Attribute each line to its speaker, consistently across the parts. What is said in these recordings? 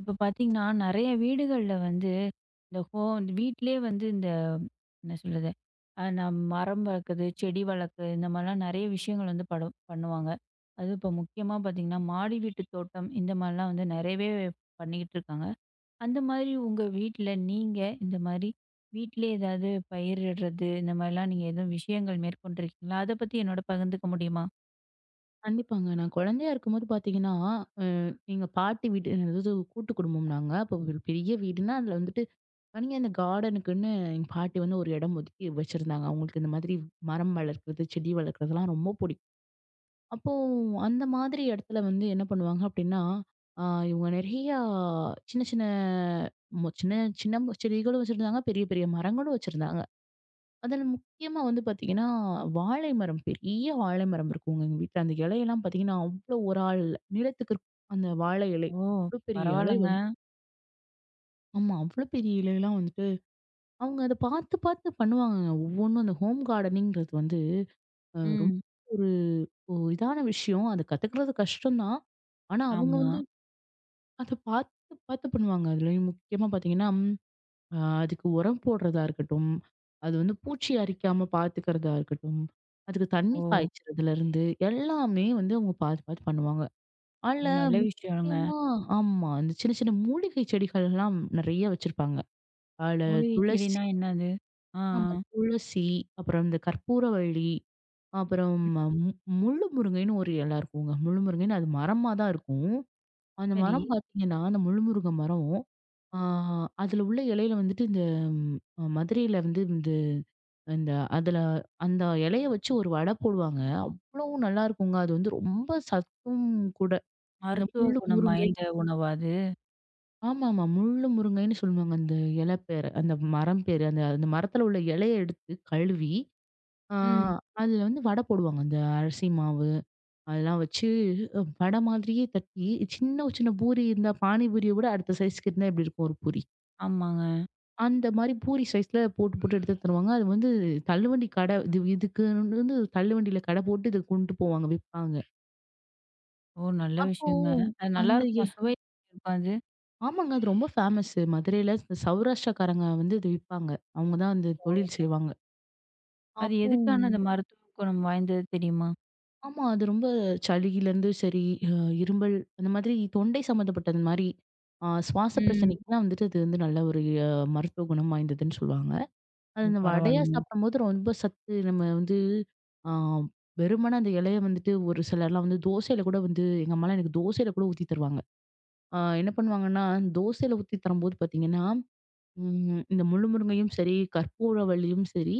Speaker 1: இப்ப பாத்தீங்கன்னா, நெறைய வீடுகள்ல வந்து இந்த வீட்டிலேயே வந்து இந்த என்ன சொல்றது? நம் மரம் வளர்க்குறது, செடி வளர்க்குறது இந்த மாரிலாம் நெறைய விஷயங்கள் வந்து படு பண்ணுவாங்க. அதுவும் இப்போ முக்கியமா பாத்தீங்கன்னா, மாடி வீட்டு தோட்டம் இந்த மாரிலாம் வந்து நெறையவே பண்ணிக்கிட்டு இருக்காங்க. அந்த மாதிரி உங்க வீட்ல நீங்க இந்த மாரி வீட்டிலேயே ஏதாவது பயிரிடுறது இந்த மாரிலாம் நீங்க எதுவும் விஷயங்கள் மேற்கொண்டிருக்கீங்களா? அத பத்தி என்னோட பகிர்ந்துக்க முடியுமா?
Speaker 2: கண்டிப்பாங்க. நான் குழந்தையா இருக்கும்போது பார்த்தீங்கன்னா, அ எங்க பாட்டி வீடு அதாவது கூட்டு குடும்பம் நாங்க. அப்போ ஒரு பெரிய வீடுன்னா, அதில வந்துட்டு தனியா இந்த கார்டனுக்குன்னு எங்க பாட்டி வந்து ஒரு இடம் ஒதுக்கி வச்சிருந்தாங்க. அவங்களுக்கு இந்த மாதிரி மரம் வளர்க்குறது, செடி வளர்க்குறதெல்லாம் ரொம்ப பிடிக்கும். அப்போ அந்த மாதிரி இடத்துல வந்து என்ன பண்ணுவாங்க அப்டின்னா, அ இவங்க நிறையா சின்ன சின்ன மொ சின்ன சின்ன செடிகளும் வச்சிருந்தாங்க, பெரிய பெரிய மரங்களும் வச்சிருந்தாங்க. அதில முக்கியமா வந்து பார்த்தீங்கன்னா, வாழை மரம் பெரிய வாழை மரம் இருக்குங்க எங்க வீட்ல. அந்த இலையெல்லாம் பார்த்தீங்கன்னா, அவ்ளோ ஒரு ஆள் நீளத்துக்கு இருக்கும். அந்த வாழை இலை.
Speaker 1: ஓ!
Speaker 2: அவ்ளோ பெரிய இலை
Speaker 1: பரவால்லங்க.
Speaker 2: வந்து ஆமா. அவ்ளோ பெரிய இலையெல்லாம் வந்துட்டு, அவங்க அத பார்த்து பார்த்து பண்ணுவாங்கங்க. ஒவ்வொன்னும் அந்த ஹோம் கார்டனிங்கிறது வந்து ரொம்ப
Speaker 1: ம்.
Speaker 2: ஒரு ஒ இதான விஷயம். அது கத்துக்கிறது கஷ்டம் தான். ஆனா அவங்க
Speaker 1: ஆமா.
Speaker 2: வந்து அத பார்த்து பார்த்து பண்ணுவாங்க. அதுலயும் முக்கியமா பார்த்தீங்கன்னா ஆ, அதுக்கு உரம் போடுறதா இருக்கட்டும், அது வந்து பூச்சி அரிக்காம பார்த்துக்கிறதா இருக்கட்டும், அதுக்கு தண்ணி
Speaker 1: ஓ!
Speaker 2: பாய்ச்சறதுலருந்து எல்லாமே வந்து அவங்க பார்த்து பார்த்து பண்ணுவாங்க.
Speaker 1: ஓ,
Speaker 2: அதுல
Speaker 1: நல்ல விஷயங்க.
Speaker 2: முக்கியமா ஆமா. அந்த சின்ன சின்ன மூலிகை செடிகள்லாம் நெறைய வச்சிருப்பாங்க. அதுல துளசி.
Speaker 1: ஓடிச்செடினா என்னது? ஆ, ஆ.
Speaker 2: ஆமா. துளசி, அப்புறம் இந்த கற்பூரவள்ளி, அப்புறம் மு முள்ளு முருங்கைன்னு ஒரு இல இருக்குங்க. முள்ளு முருங்கைன்னு அது மரமா தான் இருக்கும். அந்த
Speaker 1: சரி.
Speaker 2: மரம் பார்த்தீங்கன்னா, அந்த முள்முருங்க மரம். ஆ அதில உள்ள இலையில வந்துட்டு இந்த மதுரையில வந்து இந்த இந்த அதில அந்த இலைய வச்சு ஒரு வடை போடுவாங்க. அவ்ளோ நல்லாருக்குங்க. அது வந்து ரொம்ப சத்தும் கூட. அந்த
Speaker 1: மருத்துவ
Speaker 2: முள்ளு
Speaker 1: குணம்
Speaker 2: முருங்கை
Speaker 1: வாய்ந்த உணவா அது?
Speaker 2: ஆமாமா. முள்ளு முருங்கைன்னு சொல்லுவாங்க. அந்த இலை பேரு. அந்த மரம் பேரு. அந்த அந்த மரத்தில உள்ள இலைய எடுத்து கழுவி, ஆ
Speaker 1: ம்.
Speaker 2: அதில வந்து வடை போடுவாங்க. அந்த அரிசி மாவு அதெல்லாம் வச்சு வடை மாதிரியே தட்டி, சின்ன சின்ன பூரி இருந்தா பானி பூரிய விட அடுத்த சைஸ்க்கு இருந்தா எப்படி இருக்கும் ஒரு பூரி.
Speaker 1: ஆமாங்க.
Speaker 2: அந்த மாரி பூரி சைஸ்ல போட்டு, போட்டு எடுத்து தருவாங்க. அது வந்து தள்ளுவண்டி கடை இது இதுக்குன்னு வந்து தள்ளுவண்டியில கடை போட்டு இத கொண்டு போவாங்க, விப்பாங்க.
Speaker 1: ஓ! நல்ல
Speaker 2: அப்போ
Speaker 1: விஷயங்க. அது
Speaker 2: அந்த
Speaker 1: நல்லாருக்குமா?
Speaker 2: எ
Speaker 1: சுவை இருக்கா அது?
Speaker 2: ஆமாங்க. அது ரொம்ப ஃபேமஸு. மதுரையில இந்த சௌராஷ்டிராக்காரங்க வந்து இது விப்பாங்க. அவங்க தான் அந்த தொழில் செய்வாங்க.
Speaker 1: அது
Speaker 2: அப்போ
Speaker 1: எதுக்கான அந்த மருத்துவ குணம் வாய்ந்தது தெரியுமா?
Speaker 2: ஆமா. அது ரொம்ப சளியிலருந்து சரி, அ இருமல் அந்த மாதிரி தொண்டை சம்மந்தப்பட்டது மாரி, சுவாச
Speaker 1: ம்.
Speaker 2: பிரச்சனைக்குலாம் வந்துட்டு அது வந்து நல்ல ஒரு அ மருத்துவ குணம் வாய்ந்ததுன்னு சொல்லுவாங்க. அது
Speaker 1: ஓ!
Speaker 2: அந்த வடையா
Speaker 1: பரவால்லங்க.
Speaker 2: சாப்பிடும்போது ரொம்ப சத்து நம்ம வந்து ஆ வெறுமனே அந்த இலைய வந்துட்டு ஒரு சிலர்லாம் வந்து தோசையில கூட வந்து எங்க அம்மாலாம் எனக்கு தோசையில கூட ஊத்தி தருவாங்க. என்ன பண்ணுவாங்கன்னா, தோசையில ஊத்தி தரும்போது பார்த்தீங்கன்னா, இந்த முள்ளு முருங்கையும் சரி, கற்பூரவள்ளியும் சரி,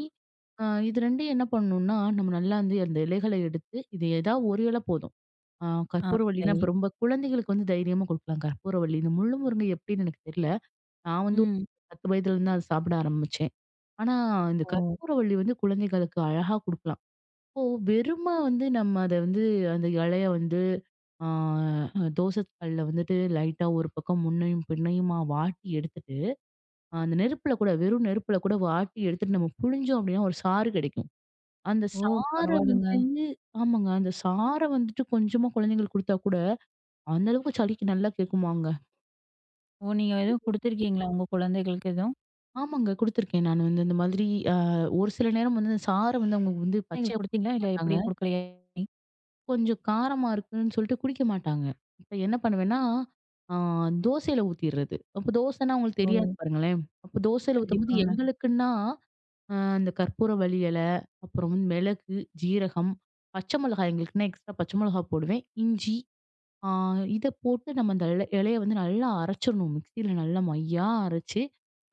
Speaker 2: இது 2யும் என்ன பண்ணணும்னா, நம்ம நல்லா வந்து அந்த இலைகள எடுத்து, இது ஏதாவது ஒரு இல போதும். ஆ
Speaker 1: ஆ,
Speaker 2: கற்பூரவள்ளினா
Speaker 1: சரி.
Speaker 2: இப்ப ரொம்ப குழந்தைகளுக்கு வந்து தைரியமா குடுக்கலாம். கற்பூரவள்ளி. இந்த முள்ளு முருங்கை எப்படின்னு எனக்கு தெரியல. நான் வந்து
Speaker 1: ம்.
Speaker 2: 10 வயதுலருந்து அத சாப்பிட ஆரம்பிச்சேன். ஆனா இந்த
Speaker 1: ஓ!
Speaker 2: கற்பூரவள்ளி வந்து குழந்தைகளுக்கு அழகா குடுக்கலாம். இப்போ வெறுமா வந்து நம்ம அத வந்து அந்த இலைய வந்து ஆ தோசை கல்ல வந்துட்டு லைட்டா ஒரு பக்கம் முன்னையும் பின்னையுமா வாட்டி எடுத்துட்டு, அந்த நெருப்புல கூட வெறும் நெருப்புல கூட வாட்டி எடுத்துட்டு நம்ம புழிஞ்சோம் அப்படின்னா ஒரு சாறு கிடைக்கும். அந்த
Speaker 1: ஓ!
Speaker 2: சார
Speaker 1: பரவால்லங்க.
Speaker 2: வந்து ஆமாங்க. அந்த சார வந்துட்டு கொஞ்சமா குழந்தைங்களுக்கு குடுத்தா கூட அந்த அளவுக்கு சளிக்கு நல்லா கேட்குமாங்க?
Speaker 1: ஓ! நீங்க எதுவும் குடுத்துருக்கீங்களா உங்க குழந்தைகளுக்கு எதுவும்?
Speaker 2: ஆமாங்க. குடுத்துருக்கேன் நானு வந்து இந்த மாதிரி அ ஒரு சில நேரம் வந்து சார வந்து அவங்க வந்து
Speaker 1: குழந்தைகளுக்கு
Speaker 2: பச்சையா குடிக்க
Speaker 1: குடுத்தீங்களா? இல்ல
Speaker 2: மாட்டாங்க.
Speaker 1: எப்படி குடுக்கலையா?
Speaker 2: கொஞ்சம் காரமா இருக்குன்னு சொல்லிட்டு குடிக்க மாட்டாங்க. இப்ப என்ன பண்ணுவேன்னா, ஆ தோசையில ஊத்திர்றது. அப்ப தோசைன்னா அவங்களுக்கு
Speaker 1: ஓ!
Speaker 2: தெரியாது பாருங்களேன். அப்ப தோசையில ஊத்தும்போது
Speaker 1: கண்டிப்பாங்க.
Speaker 2: எங்களுக்குன்னா, அ இந்த கற்பூரவள்ளி இல, அப்புறம் வந்து மிளகு, ஜீரகம், பச்சை மிளகாய் எங்களுக்குன்னா எக்ஸ்ட்ரா பச்சை மிளகாய் போடுவேன். இஞ்சி ஆ இத போட்டு நம்ம அந்த இல இலைய வந்து நல்லா அரைச்சிடணும். மிக்ஸியில நல்லா மையா அரைச்சு,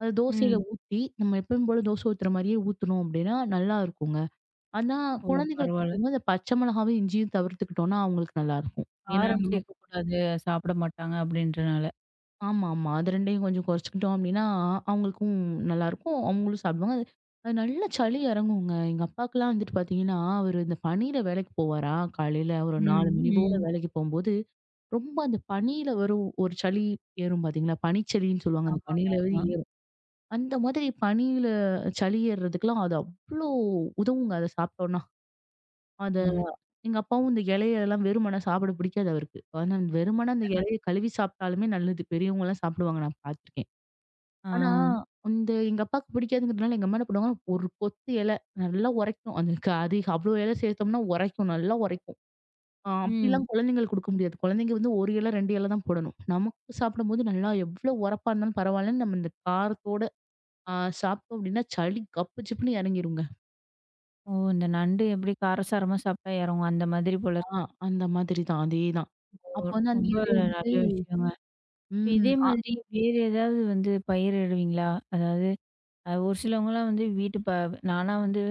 Speaker 2: அத தோசையில
Speaker 1: ம்.
Speaker 2: ஊத்தி, நம்ம எப்பயும் போல தோசை ஊத்துற மாரியே ஊத்துனோம் அப்படின்னா, நல்லா இருக்குங்க. ஆனா
Speaker 1: ஓ!
Speaker 2: குழந்தைகளுக்கு
Speaker 1: பரவால்ல.
Speaker 2: குடுக்கும்போது, அந்த பச்சை மிளகாவும், இஞ்சியும் தவிர்த்துக்கிட்டோம்னா, அவங்களுக்கு நல்லாயிருக்கும். ஏன்னா,
Speaker 1: காரம்
Speaker 2: நம்ம
Speaker 1: சேர்க்கக்கூடாது, சாப்பிட மாட்டாங்க அப்படின்றனால.
Speaker 2: ஆமா, ஆமா. அது 2யும் கொஞ்சம் குறைச்சுக்கிட்டோம் அப்டின்னா, அவங்களுக்கும் நல்லாருக்கும். அவங்களும் சாப்பிடுவாங்க. அது அது நல்ல சளி இறங்குங்க. எங்க அப்பாக்குலாம் வந்துட்டு பார்த்தீங்கன்னா, அவரு இந்த பனியில வேலைக்கு போவாரா, காலையில ஒரு 4
Speaker 1: ம்,
Speaker 2: மணி போல
Speaker 1: ம்.
Speaker 2: வேலைக்கு போம்போது, ரொம்ப அந்த பனியில வரும் ஒரு சளி ஏறும் பார்த்தீங்களா? பனிச்சளின்னு சொல்லுவாங்க. அந்த
Speaker 1: ஆமாங்க,
Speaker 2: பனியில வந்து
Speaker 1: ஆமா.
Speaker 2: ஏறும். அந்த மாதிரி பனியில சளி ஏறுறதுக்குலாம் அது அவ்ளோ உதவுங்க. அத சாப்பிட்டோம்னா. அத
Speaker 1: ம்.
Speaker 2: எங்க அப்பாவும் இந்த இலையெல்லாம் வெறுமன சாப்பிட பிடிக்காது அவருக்கு. ஆனா வெறுமன அந்த இலைய கழுவி சாப்பிட்டாலுமே நல்லது. பெரியவங்கலாம் சாப்பிடுவாங்க நான் பார்த்துருக்கேன்.
Speaker 1: ஆ.
Speaker 2: ஆனா, இந்த எங்க அப்பாவுக்கு பிடிக்காதுங்கிறதுனால எங்க அம்மா என்ன பண்ணுவாங்கன்னா, ஒரு கொத்து இலை நல்லா உரைக்கும். அந்த க அது அவ்வளோ இலை சேர்த்தோம்னா உரைக்கும், நல்லா உரைக்கும்.
Speaker 1: ம்.
Speaker 2: அப்படிலாம் குழந்தைங்களுக்கு கொடுக்க முடியாது. குழந்தைங்க வந்து 1 இலை, 2 இலை தான் போடணும். நமக்கு சாப்பிடும்போது நல்லா எவ்வளோ உரப்பா இருந்தாலும் பரவாயில்லன்னு நம்ம இந்த காரத்தோட அ சாப்பிட்டோம் அப்படின்னா, சளி கப்பு சிப்புன்னு இறங்கிருங்க.
Speaker 1: ஓ! இந்த நண்டு எப்படி காரசாரமா சாப்பிட்டா இறங்கும், அந்த மாதிரி போல
Speaker 2: ஆ,
Speaker 1: இருக்கு.
Speaker 2: அந்த மாதிரி தான். அதேதான்.
Speaker 1: ஓ!
Speaker 2: அப்ப வந்து அந்த
Speaker 1: ரொம்ப
Speaker 2: இலைய
Speaker 1: நல்ல
Speaker 2: வந்துட்டு
Speaker 1: விஷயங்க. இப்ப இதே
Speaker 2: ம்.
Speaker 1: மாதிரி வேறு ஏதாவது வந்து பயிரிடுவீங்களா? அதாவது ஒரு சிலவங்கலாம் வந்து வீட்டு ப நானா வந்து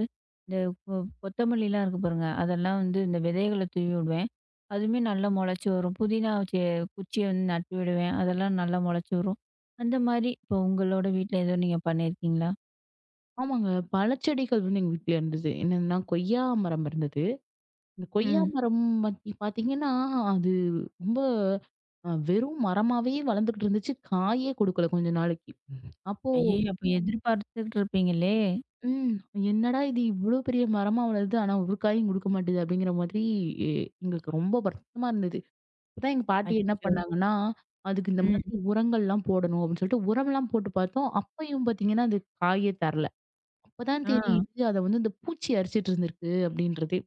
Speaker 1: இந்த கொ கொத்தமல்லிலாம் இருக்கு பாருங்க, அதெல்லாம் வந்து இந்த விதைகள தூவி விடுவேன். அதுவுமே நல்லா முளைச்சு வரும். புதினா குச்சிய வந்து நட்டு விடுவேன். அதெல்லாம் நல்லா முளைச்சு வரும். அந்த மாரி இப்போ உங்களோட வீட்ல எதுவும் நீங்க பண்ணியிருக்கீங்களா?
Speaker 2: ஆமாங்க. பழச்செடிகள் வந்து எங்க வீட்ல இருந்தது. என்னன்னா கொய்யா மரம் இருந்தது. இந்த கொய்யா
Speaker 1: ம்.
Speaker 2: மரம் பத்தி பாத்தீங்கன்னா, அது ரொம்ப வெறும் மரமாவே வளர்ந்துகிட்டு இருந்துச்சு. காயே குடுக்கல கொஞ்ச நாளைக்கு. அப்போ
Speaker 1: ஐயய்யோ! அப்ப எதிர்பார்த்துட்டு இருப்பீங்களே!
Speaker 2: ம் என்னடா இது இவ்ளோ பெரிய மரமா வளருது. ஆனா ஒரு காயும் குடுக்க மாட்டேது அப்படிங்கிற மாதிரி எ எங்களுக்கு ரொம்ப வருத்தமா இருந்தது. அப்பதான் எங்க பாட்டி என்ன
Speaker 1: அச்சச்சோ!
Speaker 2: பண்ணாங்கன்னா, அதுக்கு இந்த
Speaker 1: ம்.
Speaker 2: மாதிரி உரங்கள்லாம் போடணும் அப்படின்னு சொல்லிட்டு உரம்லாம் போட்டு பார்த்தோம். அப்பயும் பாத்தீங்கன்னா, அது காயே தரல. அப்பதான்
Speaker 1: ஆ.
Speaker 2: தெரியுது அத வந்து இந்த பூச்சி அரிச்சிட்டு இருந்திருக்கு அப்படின்றதே.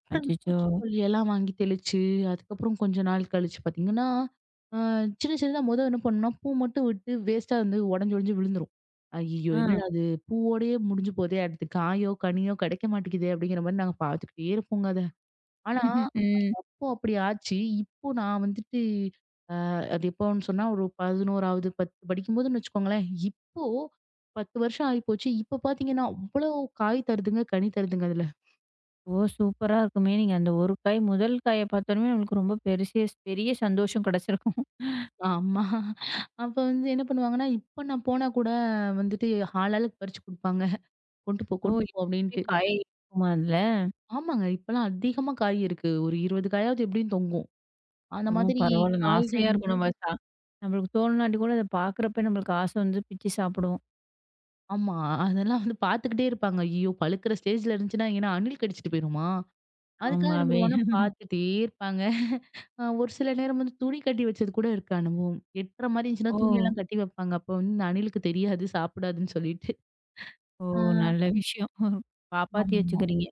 Speaker 2: அப்புறம் இந்த
Speaker 1: அச்சச்சோ!
Speaker 2: பூச்சிக்கொல்லி எல்லாம் வாங்கி தெளிச்சு, அதுக்கப்புறம் கொஞ்ச நாள் கழிச்சு பார்த்தீங்கன்னா, அ சின்ன சின்னதா என்ன பண்ணோம்னா, பூ மட்டும் விட்டு வேஸ்ட்டா வந்து உடைஞ்சு உடைஞ்சு விழுந்துரும். ஐய்யய்யோ!
Speaker 1: ஆ.
Speaker 2: என்னடா இது பூவோடயே முடிஞ்சு போதே, அடுத்து காயோ, கனியோ கிடைக்க மாட்டேங்குதே அப்படிங்கிற மாரி நாங்க பார்த்துக்கிட்டே இருப்போங்க அத. ஆனா,
Speaker 1: ம்.
Speaker 2: அப்போ அப்படி ஆச்சு. இப்போ நான் வந்துட்டு அது எப்போன்னு சொன்னா, ஒரு 11வது, 10 படிக்கும்போதுன்னு வச்சுக்கோங்களேன். இப்போ 10 வருஷம் ஆயிப்போச்சு. இப்போ பார்த்தீங்கன்னா, அவ்வளோ காய் தருதுங்க, கனி தருதுங்க அதுல.
Speaker 1: ஓ! சூப்பரா இருக்குமே! நீங்க அந்த ஒரு காய் முதல் காய பார்த்தோனமே நம்மளுக்கு ரொம்ப பெருசே பெரிய சந்தோஷம் கிடைச்சிருக்கும்.
Speaker 2: ஆமா. அப்ப வந்து என்ன பண்ணுவாங்கன்னா, இப்ப நான் போனா கூட வந்துட்டு ஆள் ஆளுக்கு பறிச்சு குடுப்பாங்க. "கொண்டு போ,
Speaker 1: ஓ!
Speaker 2: கொண்டு போ"
Speaker 1: எப்பவுமே
Speaker 2: அப்படின்ட்டு.
Speaker 1: காய் இருக்குமா அதுல?
Speaker 2: ஆமாங்க. இப்பலாம் அதிகமா காய் இருக்கு. ஒரு 20 காயாவது எப்படியும் தொங்கும். அந்த
Speaker 1: ஓ!
Speaker 2: மாதிரி
Speaker 1: பரவால்லங்க. ஆசையா
Speaker 2: காய்கள் வந்து
Speaker 1: இருக்கும் நம்ம நம்மளுக்கு தோணுனாட்டி கூட அத பார்க்குறப்ப நம்மளுக்கு ஆசை வந்து பிச்சு சாப்பிடுவோம்.
Speaker 2: ஆமா. அதெல்லாம் வந்து பார்த்துக்கிட்டே இருப்பாங்க. ஐயோ! பழுக்கிற ஸ்டேஜ்ல இருந்துச்சுன்னா, ஏன்னா அணில் கடிச்சிட்டு போயிருமா? அதுக்காக என்ன
Speaker 1: ஆமாவே.
Speaker 2: பண்ணுவாங்கன்னா, பார்த்துட்டே இருப்பாங்க. ஒரு சில நேரம் வந்து துணி கட்டி வச்சது கூட இருக்கு அனுபவம். எட்டற மாரி இருந்துச்சுன்னா,
Speaker 1: ஓ!
Speaker 2: துணியெல்லாம் கட்டி வைப்பாங்க. அப்ப வந்து இந்த அணிலுக்கு தெரியாது, சாப்பிடாதுன்னு சொல்லிட்டு.
Speaker 1: ஓ!
Speaker 2: அ
Speaker 1: நல்ல விஷயம். காப்பாத்தி
Speaker 2: ஆமா.
Speaker 1: வச்சுக்கிறீங்க.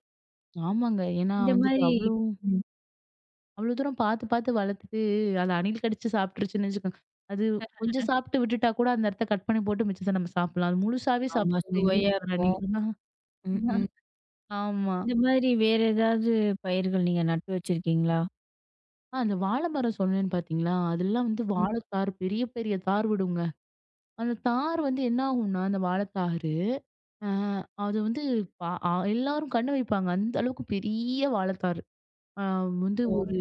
Speaker 2: ஆமாங்க. ஏன்னா
Speaker 1: இந்த
Speaker 2: வந்துட்டு
Speaker 1: மாரி
Speaker 2: அவ்ளோ
Speaker 1: ம்.
Speaker 2: அவ்ளோ தூரம் பார்த்து, பார்த்து வளர்த்துட்டு, அது அணில் கடிச்சு சாப்பிட்டுருச்சுன்னு வச்சுக்கோங்க. அது கொஞ்சம் சாப்பிட்டு விட்டுட்டா கூட அந்த இடத்த கட் பண்ணி போட்டு மிச்சத்த நம்ம சாப்பிடலாம். அது முழுசாவே
Speaker 1: ஆமா.
Speaker 2: சாப்பிட்டுருங்க எங்க
Speaker 1: சுவையா
Speaker 2: வீட்டுக்கு வர
Speaker 1: இருக்கும்.
Speaker 2: அணில்லாம்.
Speaker 1: ம். ம்.
Speaker 2: ஆமா.
Speaker 1: இந்த மாதிரி வேற ஏதாவது பயிர்கள் நீங்க நட்டு வச்சிருக்கீங்களா?
Speaker 2: அந்த வாழை மரம் சொன்னேன்னு பார்த்தீங்களா? அதெல்லாம் வந்து
Speaker 1: ம்.
Speaker 2: வாழைத்தார் பெரிய, பெரிய தார் விடுங்க. அந்த தார் வந்து என்ன ஆகும்னா, அந்த வாழைத்தாரு, ஆ அது வந்து ப எல்லாரும் கண்ணு வைப்பாங்க. அந்த அளவுக்கு பெரிய வாழைத்தார். ஆ வந்து
Speaker 1: ஓ!
Speaker 2: ஒரு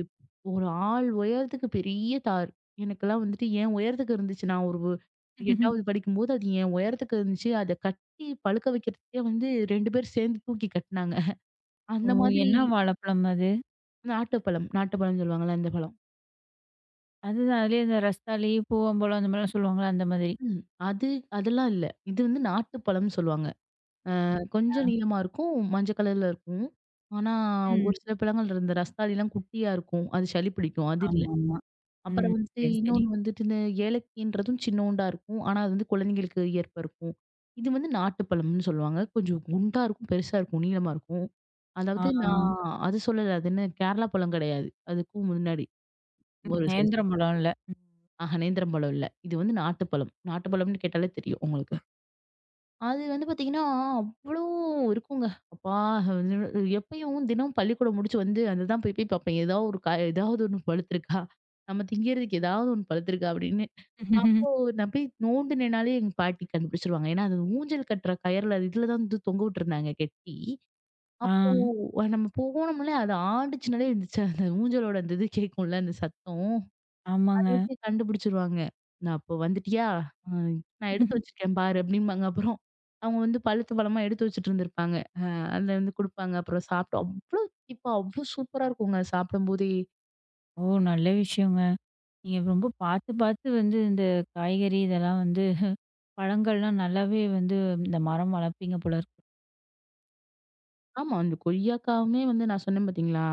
Speaker 2: ஒரு ஆள் உயரத்துக்கு பெரிய தார். எனக்கெல்லாம் வந்துட்டு என் உயரத்துக்கு இருந்துச்சு. நான் ஒரு 8வது படிக்கும்போது அது என் உயரத்துக்கு இருந்துச்சு. அத கட்டி பழுக்க வைக்கிறதுக்கே வந்து 2 பேர் சேர்ந்து தூக்கி கட்டுனாங்க.
Speaker 1: ஓ!
Speaker 2: அந்த மாதிரி
Speaker 1: என்ன வாழைப்பழம் அது?
Speaker 2: நாட்டுப்பழம் நாட்டுப்பழம்னு சொல்லுவாங்கல்ல அந்த பழம்.
Speaker 1: அதுதான் அதுலயே இந்த ரஸ்தாளி, பூவம்பழம் அந்த மாதிரிலாம் சொல்லுவாங்கல்ல அந்த மாதிரி.
Speaker 2: ம். அது அதெல்லாம் இல்ல. இது வந்து நாட்டுப்பழம்னு சொல்லுவாங்க. கொஞ்சம் நீளமா இருக்கும். மஞ்ச கலர்ல இருக்கும். ஆனா ஒரு
Speaker 1: ம்.
Speaker 2: சில பழங்கள் இந்த ரஸ்தாளிலாம் குட்டியா இருக்கும். அது சளி பிடிக்கும். அது இல்ல.
Speaker 1: ஆமாமா.
Speaker 2: அப்புறம்
Speaker 1: ம்.
Speaker 2: வந்துட்டு
Speaker 1: சரி, சரி.
Speaker 2: இன்னொன்னு வந்துட்டு இந்த ஏலக்கின்றதும் சின்னோண்டா இருக்கும். ஆனா, அது வந்து குழந்தைங்களுக்கு ஏற்ப இருக்கும். இது வந்து நாட்டுப்பழம்ன்னு சொல்லுவாங்க. கொஞ்சம் குண்டா இருக்கும், பெருசா இருக்கும், நீளமா இருக்கும்.
Speaker 1: ஆ,
Speaker 2: அதாவது
Speaker 1: ஆ.
Speaker 2: நான் அது சொல்லல. அது என்ன கேரளா பழம் கிடையாது. அதுக்கும் முன்னாடி
Speaker 1: ம்.
Speaker 2: ஒரு சைஸ்.
Speaker 1: நேந்திரம் பழம் இல்ல.
Speaker 2: ஆஹா நேந்திரம் பழம் இல்ல. இது வந்து நாட்டுப்பழம். நாட்டுப்பழம்ன்னு கேட்டாலே தெரியும் உங்களுக்கு. அது வந்து பார்த்தீங்கன்னா, அவ்ளோ இருக்குங்க. அப்பா! அது எப்பயும் தினமும் பள்ளிக்கூடம் முடிச்சு வந்து அதுதான் போய் போய் பார்ப்பேன். ஏதாவது ஒரு காய் ஏதாவது ஒண்ணு பழுத்திருக்கா? நம்ம திங்கிறதுக்கு ஏதாவது ஒண்ணு பழுத்திருக்கா? அப்படின்னு.
Speaker 1: ம்.
Speaker 2: அப்போ நான் போய் நோண்டுனேனாலே எங்க பாட்டி கண்டுபிடிச்சிருவாங்க. ஏன்னா, அது ஊஞ்சல் கட்டுற கயர்ல இதுல தான் வந்து தொங்க விட்டுருந்தாங்க கெட்டி.
Speaker 1: ஆ,
Speaker 2: அப்போ நம்ம போனோம்லே அது ஆடுச்சுனாலே இருந்துச்சு. அந்த ஊஞ்சலோட அந்த இது கேட்கும்ல அந்த சத்தம். அத
Speaker 1: ஆமாங்க.
Speaker 2: வச்சு கண்டுபிடிச்சிருவாங்க. நான் அப்போ வந்துட்டியா? அ நான் எடுத்து வச்சிருக்கேன் பாரு அப்படிம்பாங்க அப்புறம். அவங்க வந்து பழுத்து பழமா எடுத்து வச்சுட்டு இருந்திருப்பாங்க. அதுல வந்து குடுப்பாங்க. அப்புறம் சாப்பிட்டோம். அவ்ளோ தித்திப்பா அவ்ளோ சூப்பரா இருக்குங்க சாப்பிடும்போதே.
Speaker 1: ஓ! நல்ல விஷயங்க. நீங்க ரொம்ப பார்த்து பார்த்து வந்து இந்த காய்கறி இதெல்லாம் வந்து பழங்கள்லாம் நல்லாவே வந்து இந்த மரம் வளர்ப்பீங்க போல இருக்கு.
Speaker 2: ஆமா. அந்த கொய்யாக்காவுமே வந்து நான் சொன்னேன் பார்த்தீங்களா?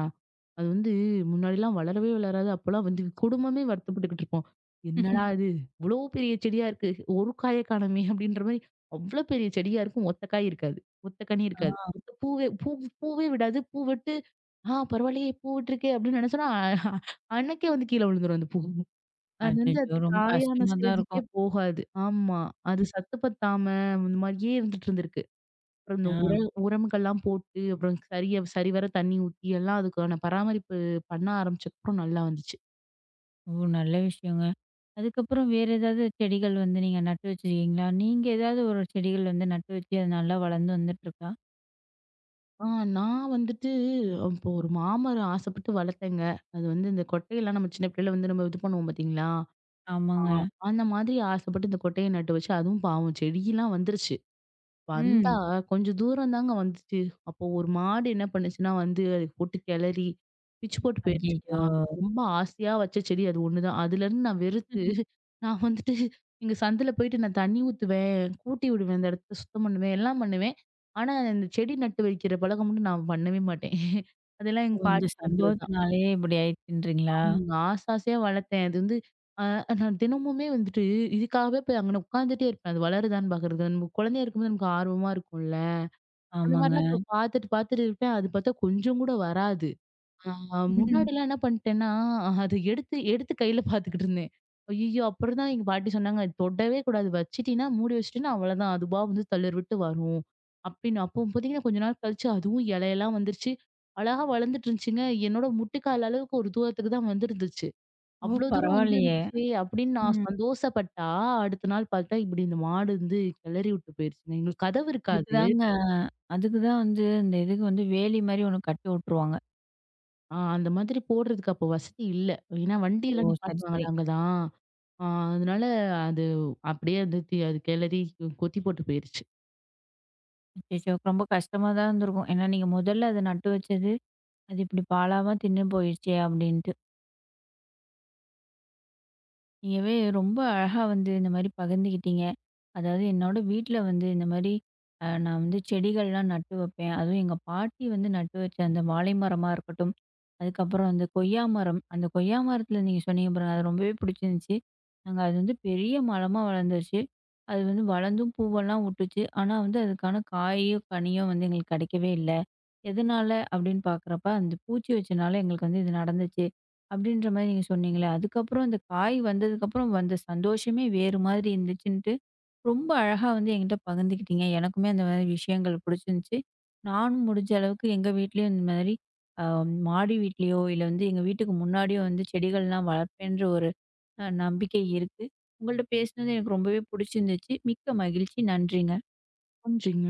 Speaker 2: அது வந்து முன்னாடிலாம் வளரவே வளராது. அப்பலாம் வந்து குடும்பமே வருத்தப்பட்டுக்கிட்டு இருப்போம். "என்னடா இது இவ்ளோ பெரிய செடியா இருக்கு. ஒரு காய காணோமே!" அப்படின்ற மாரி அவ்ளோ பெரிய செடியா இருக்கும். ஒத்த காய் இருக்காது. ஒத்த கனி இருக்காது.
Speaker 1: ஆ,
Speaker 2: ஒத்த பூவே பூவே விடாது. பூ விட்டு, "ஆ பரவாயில்லையே! பூ விட்டுருக்கே!" அப்படின்னு நினைச்சோம்னா, அன்னைக்கே வந்து கீழ விழுந்துரும் அந்த பூ. அது வந்து
Speaker 1: அச்சச்சோ!
Speaker 2: அது
Speaker 1: ரொம்ப
Speaker 2: காயான
Speaker 1: கஷ்டமா தான்
Speaker 2: ஸ்டேஜுக்கே
Speaker 1: இருக்கும்.
Speaker 2: போகாது. ஆமா. அது
Speaker 1: ம்.
Speaker 2: சத்து பத்தாம, இந்த மாரியே இருந்துட்டு இருந்திருக்கு. அப்புறம்
Speaker 1: ஆ.
Speaker 2: இந்த உரம்கள்லாம் போட்டு, அப்புறம் சரிவர தண்ணி ஊத்தி எல்லாம் அதுக்கான பராமரிப்பு பண்ண ஆரம்பிச்சக்கப்புறம் நல்லா வந்துச்சு.
Speaker 1: ஓ! நல்ல விஷயங்க. அதுக்கப்புறம் வேற ஏதாவது செடிகள் வந்து நீங்க நட்டு வச்சிருக்கீங்களா? நீங்க ஏதாவது ஒரு செடிகள் வந்து நட்டு வச்சு அது நல்லா வளர்ந்து வந்துட்டுருக்கா?
Speaker 2: ஆ நான் வந்துட்டு அப்போ ஒரு மாமரம் ஆசைப்பட்டு வளர்த்தேங்க. அது வந்து இந்த கொட்டையெல்லாம் நம்ம சின்ன பிள்ளையில வந்து நம்ம இது பண்ணுவோம் பார்த்தீங்களா? ஆ
Speaker 1: ஆமாங்க.
Speaker 2: அந்த மாதிரி ஆசைப்பட்டு இந்த கொட்டைய நட்டு வச்சு, அதுவும் பாவம் செடியெல்லாம் வந்துருச்சு. வந்தா,
Speaker 1: ம்.
Speaker 2: கொஞ்சம் தூரம் தாங்க வந்துச்சு. அப்போ ஒரு மாடு என்ன பண்ணுச்சுன்னா வந்து, அது போட்டு கெளறி, பிச்சு போட்டு
Speaker 1: ஐயய்யோ!
Speaker 2: போயிருச்சுங்க. ரொம்ப ஆசையா வச்ச செடி அது ஒண்ணுதான். அதுலருந்து நான் வெறுத்து, நான் வந்துட்டு எங்க சந்துல போயிட்டு நான் தண்ணி ஊத்துவேன், கூட்டி விடுவேன், அந்த இடத்த சுத்தம் பண்ணுவேன், எல்லாம் பண்ணுவேன். ஆனா, இந்த செடி நட்டு வைக்கிற பழக்கம் மட்டும் நான் பண்ணவே மாட்டேன். அதெல்லாம்
Speaker 1: ஓ!
Speaker 2: எங்க
Speaker 1: இந்த
Speaker 2: பாட்டி பண்றதுதான்.
Speaker 1: சம்பவத்தினாலேயே இப்படி ஆயிடுச்சுன்றீங்களா?
Speaker 2: ஆமாங்க. ஆசை ஆசையா வளர்த்தேன். அது வந்து அ நான் தினமுமே வந்துட்டு இதுக்காகவே போய் அங்கன உட்காந்துட்டே இருப்பேன். அது வளருதான்னு பாக்குறது. நம்ம குழந்தையா இருக்கும்போது நமக்கு ஆர்வமா இருக்கும்ல. அந்த
Speaker 1: ஆமாங்க.
Speaker 2: மாரிலாம் இப்ப பாத்துட்டு, பாத்துட்டு இருப்பேன். அது பாத்தா கொஞ்சம் கூட வராது. முன்னாடிலாம் என்ன பண்ணிட்டேன்னா, அத எடுத்து, எடுத்து கையில பாத்துக்கிட்டு இருந்தேன். ஐய்யய்யோ! அப்புறம் தான் எங்க பாட்டி சொன்னாங்க, "இது "தொடவே கூடாது. வச்சுட்டீன்னா, மூடி வச்சுட்டீன்னா அவ்வளதான். அதுவா வந்து தளர்விட்டு வரும்." அப்படின்னு. அப்போ பாத்தீங்கன்னா, கொஞ்ச நாள் கழிச்சு அதுவும் இலையெல்லாம் வந்துருச்சு. அழகா வளர்ந்துட்டு இருந்துச்சுங்க. என்னோட முட்டிக்கால் அளவுக்கு ஒரு தூரத்துக்கு தான் வந்திருந்துச்சு.
Speaker 1: ஓ!
Speaker 2: அவ்ளோ தூரம்
Speaker 1: பரவாயில்லையே.
Speaker 2: வந்துருந்துச்சு அப்படின்னு நான்
Speaker 1: ம்.
Speaker 2: சந்தோஷப்பட்டா, அடுத்த நாள் பாத்தா, இப்படி இந்த மாடு வந்து கிளறி விட்டு போயிருச்சுங்க. எங்களுக்கு கதவு
Speaker 1: இதுக்கு
Speaker 2: இருக்காது.
Speaker 1: தாங்க அதுக்கு தான் வந்து இந்த இதுக்கு வந்து வேலி மாரி ஒண்ணு கட்டி உட்டுருவாங்க.
Speaker 2: அந்த மாதிரி போடுறதுக்கு அப்போ வசதி இல்ல. ஏன்னா
Speaker 1: ஓ!
Speaker 2: வண்டியெல்லாம்
Speaker 1: சரி, சரி.
Speaker 2: நிப்பாட்டுவாங்கல்ல அங்க தான். ஆ அதனால அது அப்படியே அது அது கெளறி கொத்தி போட்டு போயிருச்சு.
Speaker 1: அச்சச்சோ! ரொம்ப கஷ்டமா தான் இருந்திருக்கும். ஏன்னா நீங்க முதல்ல அத நட்டு வச்சது, அது இப்படி பாழாம தின்னு போயிடுச்சே அப்படின்னு. நீங்கவே ரொம்ப அழகா வந்து இந்த மாரி பகிர்ந்துக்கிட்டீங்க. அதாவது என்னோட வீட்ல வந்து இந்த மாரி நான் வந்து செடிகள்லாம் நட்டு வைப்பேன். அதுவும் எங்க பாட்டி வந்து நட்டு வச்ச அந்த வாழை மரமா இருக்கட்டும், அதுக்கப்புறம் அந்த கொய்யா மரம். அந்த கொய்யா மரத்தில நீங்க சொன்னீங்க பாருங்க, அது ரொம்பவே பிடிச்சிருந்துச்சு. நாங்க அது வந்து பெரிய மரமா வளர்ந்துருச்சு. அது வந்து வளர்ந்தும் பூவெல்லாம் விட்டுச்சு. ஆனா வந்து அதுக்கான காயோ, கனியோ வந்து எங்களுக்கு கிடைக்கவே இல்ல. எதனால அப்படின்னு பார்க்குறப்ப, அந்த பூச்சி வச்சனால எங்களுக்கு வந்து இது நடந்துச்சு. அப்படின்ற மாரி நீங்க சொன்னீங்களே, அதுக்கப்புறம் அந்த காய் வந்ததுக்கப்புறம் வந்த சந்தோஷமே வேறு மாதிரி இருந்துச்சுன்ட்டு, ரொம்ப அழகா வந்து என்கிட்ட பகிர்ந்துக்கிட்டீங்க. எனக்குமே அந்த மாதிரி விஷயங்கள் புடிச்சிருந்துச்சு. நானும் முடிஞ்ச அளவுக்கு எங்க வீட்லயும் இந்த மாதிரி அ மாடி வீட்லயோ, இல்ல வந்து எங்க வீட்டுக்கு முன்னாடியோ வந்து செடிகள்லாம் வளர்ப்பேன்ற ஒரு நம்பிக்கை இருக்கு. உங்கள்ட்ட பேசினது எனக்கு ரொம்பவே புடிச்சிருந்துச்சு. மிக்க மகிழ்ச்சி. நன்றிங்க.
Speaker 2: கொஞ்சம்